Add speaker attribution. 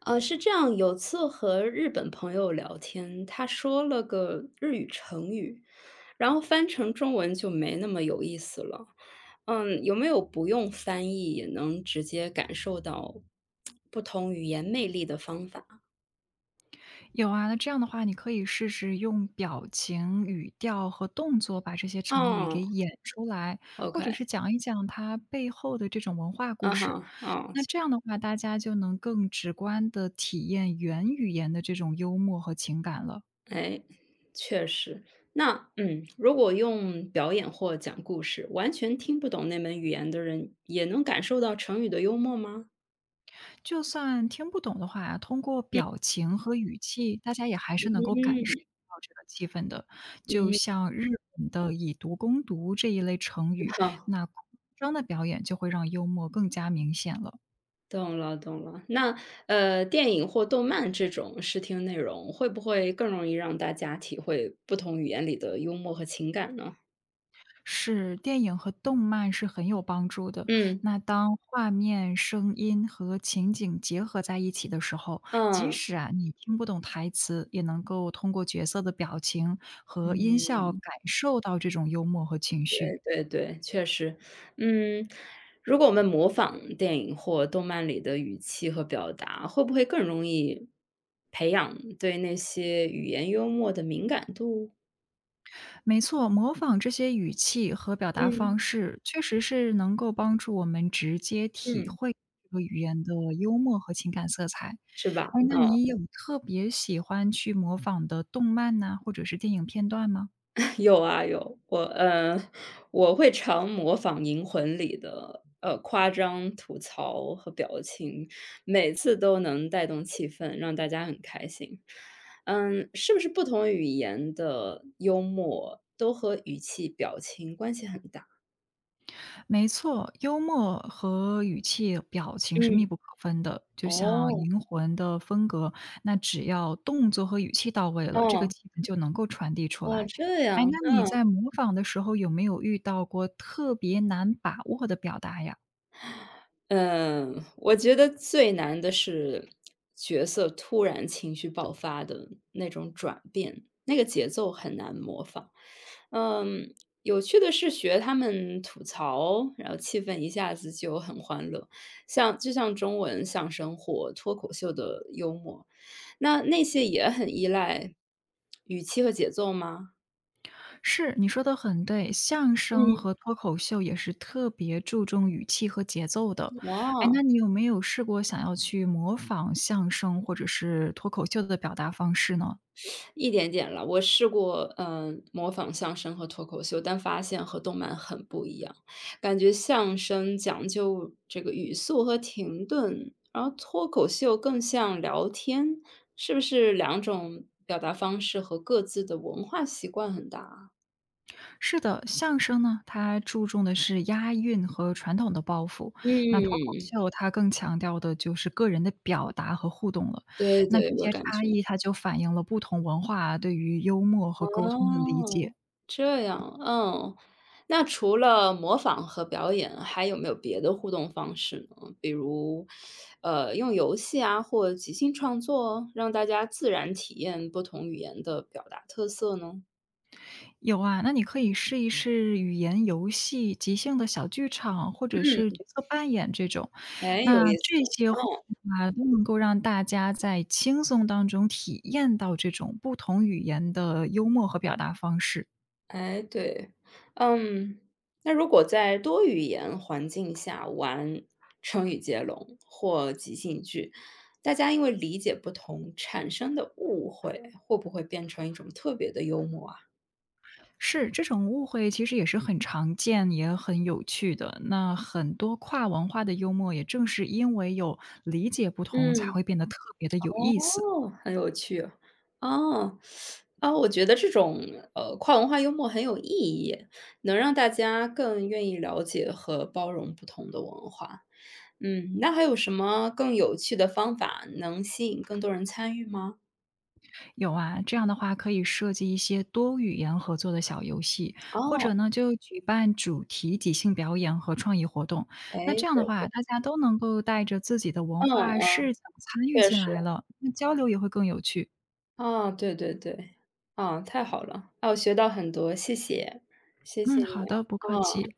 Speaker 1: 是这样，有次和日本朋友聊天，他说了个日语成语，然后翻成中文就没那么有意思了。嗯，有没有不用翻译也能直接感受到不同语言魅力的方法？
Speaker 2: 有啊，那这样的话，你可以试试用表情、语调和动作把这些成语给
Speaker 1: 哦
Speaker 2: 演出来，或者
Speaker 1: ，OK，
Speaker 2: 是讲一讲它背后的这种文化故
Speaker 1: 嗯哈，
Speaker 2: 事。
Speaker 1: 哦，
Speaker 2: 那这样的话，大家就能更直观的体验原语言的这种幽默和情感了。
Speaker 1: 哎，确实。那如果用表演或讲故事，完全听不懂那门语言的人，也能感受到成语的幽默吗？
Speaker 2: 就算听不懂的话，通过
Speaker 1: 嗯
Speaker 2: 表情和语气，大家也还是能够感受到这个气氛的。就
Speaker 1: 嗯嗯，
Speaker 2: 像日本的以毒攻毒这一类成语，那夸张的表演就会让幽默更加明显了。
Speaker 1: 懂了懂了。那，电影或动漫这种视听内容，会不会更容易让大家体会不同语言里的幽默和情感呢？
Speaker 2: 是，电影和动漫是很有帮助的。
Speaker 1: 嗯，
Speaker 2: 那当画面、声音和情景结合在一起的时候，即
Speaker 1: 嗯，
Speaker 2: 使啊你听不懂台词，也能够通过角色的表情和音
Speaker 1: 嗯，
Speaker 2: 效感受到这种幽默和情绪。
Speaker 1: 对对，确实。嗯，如果我们模仿电影或动漫里的语气和表达，会不会更容易培养对那些语言幽默的敏感度？
Speaker 2: 没错，模仿这些语气和表达
Speaker 1: 嗯，
Speaker 2: 方式，确实是能够帮助我们直接体
Speaker 1: 嗯，
Speaker 2: 会。这个语言的幽默和情感色彩，
Speaker 1: 是
Speaker 2: 哎，
Speaker 1: 吧？
Speaker 2: 那
Speaker 1: 嗯。
Speaker 2: 你有特别喜欢去模仿的动漫呐、或者是电影片段吗？
Speaker 1: 有啊有，我我会常模仿《银魂》里的夸张、吐槽和表情，每次都能带动气氛，让大家很开心。嗯，是不是不同语言的幽默都和语气、表情关系很大？
Speaker 2: 没错，幽默和语气、表情是
Speaker 1: 嗯，
Speaker 2: 密不可分的，就像
Speaker 1: 哦，
Speaker 2: 银魂的风格，那只要动作和语气到位了，这个
Speaker 1: 哦，
Speaker 2: 气氛就能够传递出
Speaker 1: 哦，
Speaker 2: 来。
Speaker 1: 这
Speaker 2: 哎，
Speaker 1: 样，
Speaker 2: 那你
Speaker 1: 嗯。
Speaker 2: 在模仿的时候有没有遇到过特别难把握的表达呀？
Speaker 1: 嗯，我觉得最难的是角色突然情绪爆发的那种转变，那个节奏很难模仿。嗯，有趣的是学他们吐槽，然后气氛一下子就很欢乐，像就像中文相声或脱口秀的幽默，那些也很依赖语气和节奏吗？
Speaker 2: 是，你说的很对，相声
Speaker 1: 嗯，
Speaker 2: 和脱口秀也是特别注重语气和节奏的。哎，那
Speaker 1: 哦。
Speaker 2: 你有没有试过想要去模仿相声或者是脱口秀的表达方式呢？
Speaker 1: 一点点了，我试过，嗯，模仿相声和脱口秀，但发现和动漫很不一样。感觉相声讲究这个语速和停顿，然后脱口秀更像聊天，是不是两种表达方式和各自的文化习惯很大啊。
Speaker 2: 是的，相声呢，它注重的是押韵和传统的包袱；那脱口
Speaker 1: 嗯，
Speaker 2: 秀它更强调的就是个人的表达和互动了。
Speaker 1: 对
Speaker 2: 那
Speaker 1: 对，
Speaker 2: 这
Speaker 1: 我
Speaker 2: 些
Speaker 1: 感
Speaker 2: 差
Speaker 1: 觉。
Speaker 2: 异，它就反映了不同文化对于幽默和沟通的理
Speaker 1: 哦，
Speaker 2: 解。
Speaker 1: 这样，嗯。那除了模仿和表演，还有没有别的互动方式呢？比如，用游戏啊，或即兴创作，让大家自然体验不同语言的表达特色呢？
Speaker 2: 有啊，那你可以试一试语言游戏、即兴的小剧场，或者是
Speaker 1: 嗯，
Speaker 2: 角色扮演这种。
Speaker 1: 哎，
Speaker 2: 那
Speaker 1: 有意
Speaker 2: 这
Speaker 1: 思。
Speaker 2: 些互动啊，都能够让大家在轻松当中体验到这种不同语言的幽默和表达方式。
Speaker 1: 哎，对，嗯，那如果在多语言环境下玩成语接龙或即兴剧，大家因为理解不同产生的误会，会不会变成一种特别的幽默啊？
Speaker 2: 是，这种误会其实也是很常见，也很有趣的。那很多跨文化的幽默，也正是因为有理解不同，才
Speaker 1: 嗯，
Speaker 2: 会变得特别的有意思。
Speaker 1: 哦，很有趣啊。哦，啊，我觉得这种，跨文化幽默很有意义，能让大家更愿意了解和包容不同的文化。嗯，那还有什么更有趣的方法能吸引更多人参与吗？
Speaker 2: 有啊，这样的话可以设计一些多语言合作的小游戏，或
Speaker 1: 哦，
Speaker 2: 者呢，就举办主题即兴表演和创意活动。那
Speaker 1: 哎，
Speaker 2: 这样的
Speaker 1: 对
Speaker 2: 话，
Speaker 1: 对，
Speaker 2: 大家都能够带着自己的文
Speaker 1: 嗯
Speaker 2: 化
Speaker 1: 嗯，
Speaker 2: 视角参与
Speaker 1: 确
Speaker 2: 进
Speaker 1: 实，
Speaker 2: 来了，那交流也会更有趣。
Speaker 1: 啊，对对对，啊，太好了，啊，我学到很多，谢谢，谢
Speaker 2: 嗯，
Speaker 1: 谢你
Speaker 2: 好
Speaker 1: 啊，
Speaker 2: 的，不客
Speaker 1: 嗯。
Speaker 2: 气。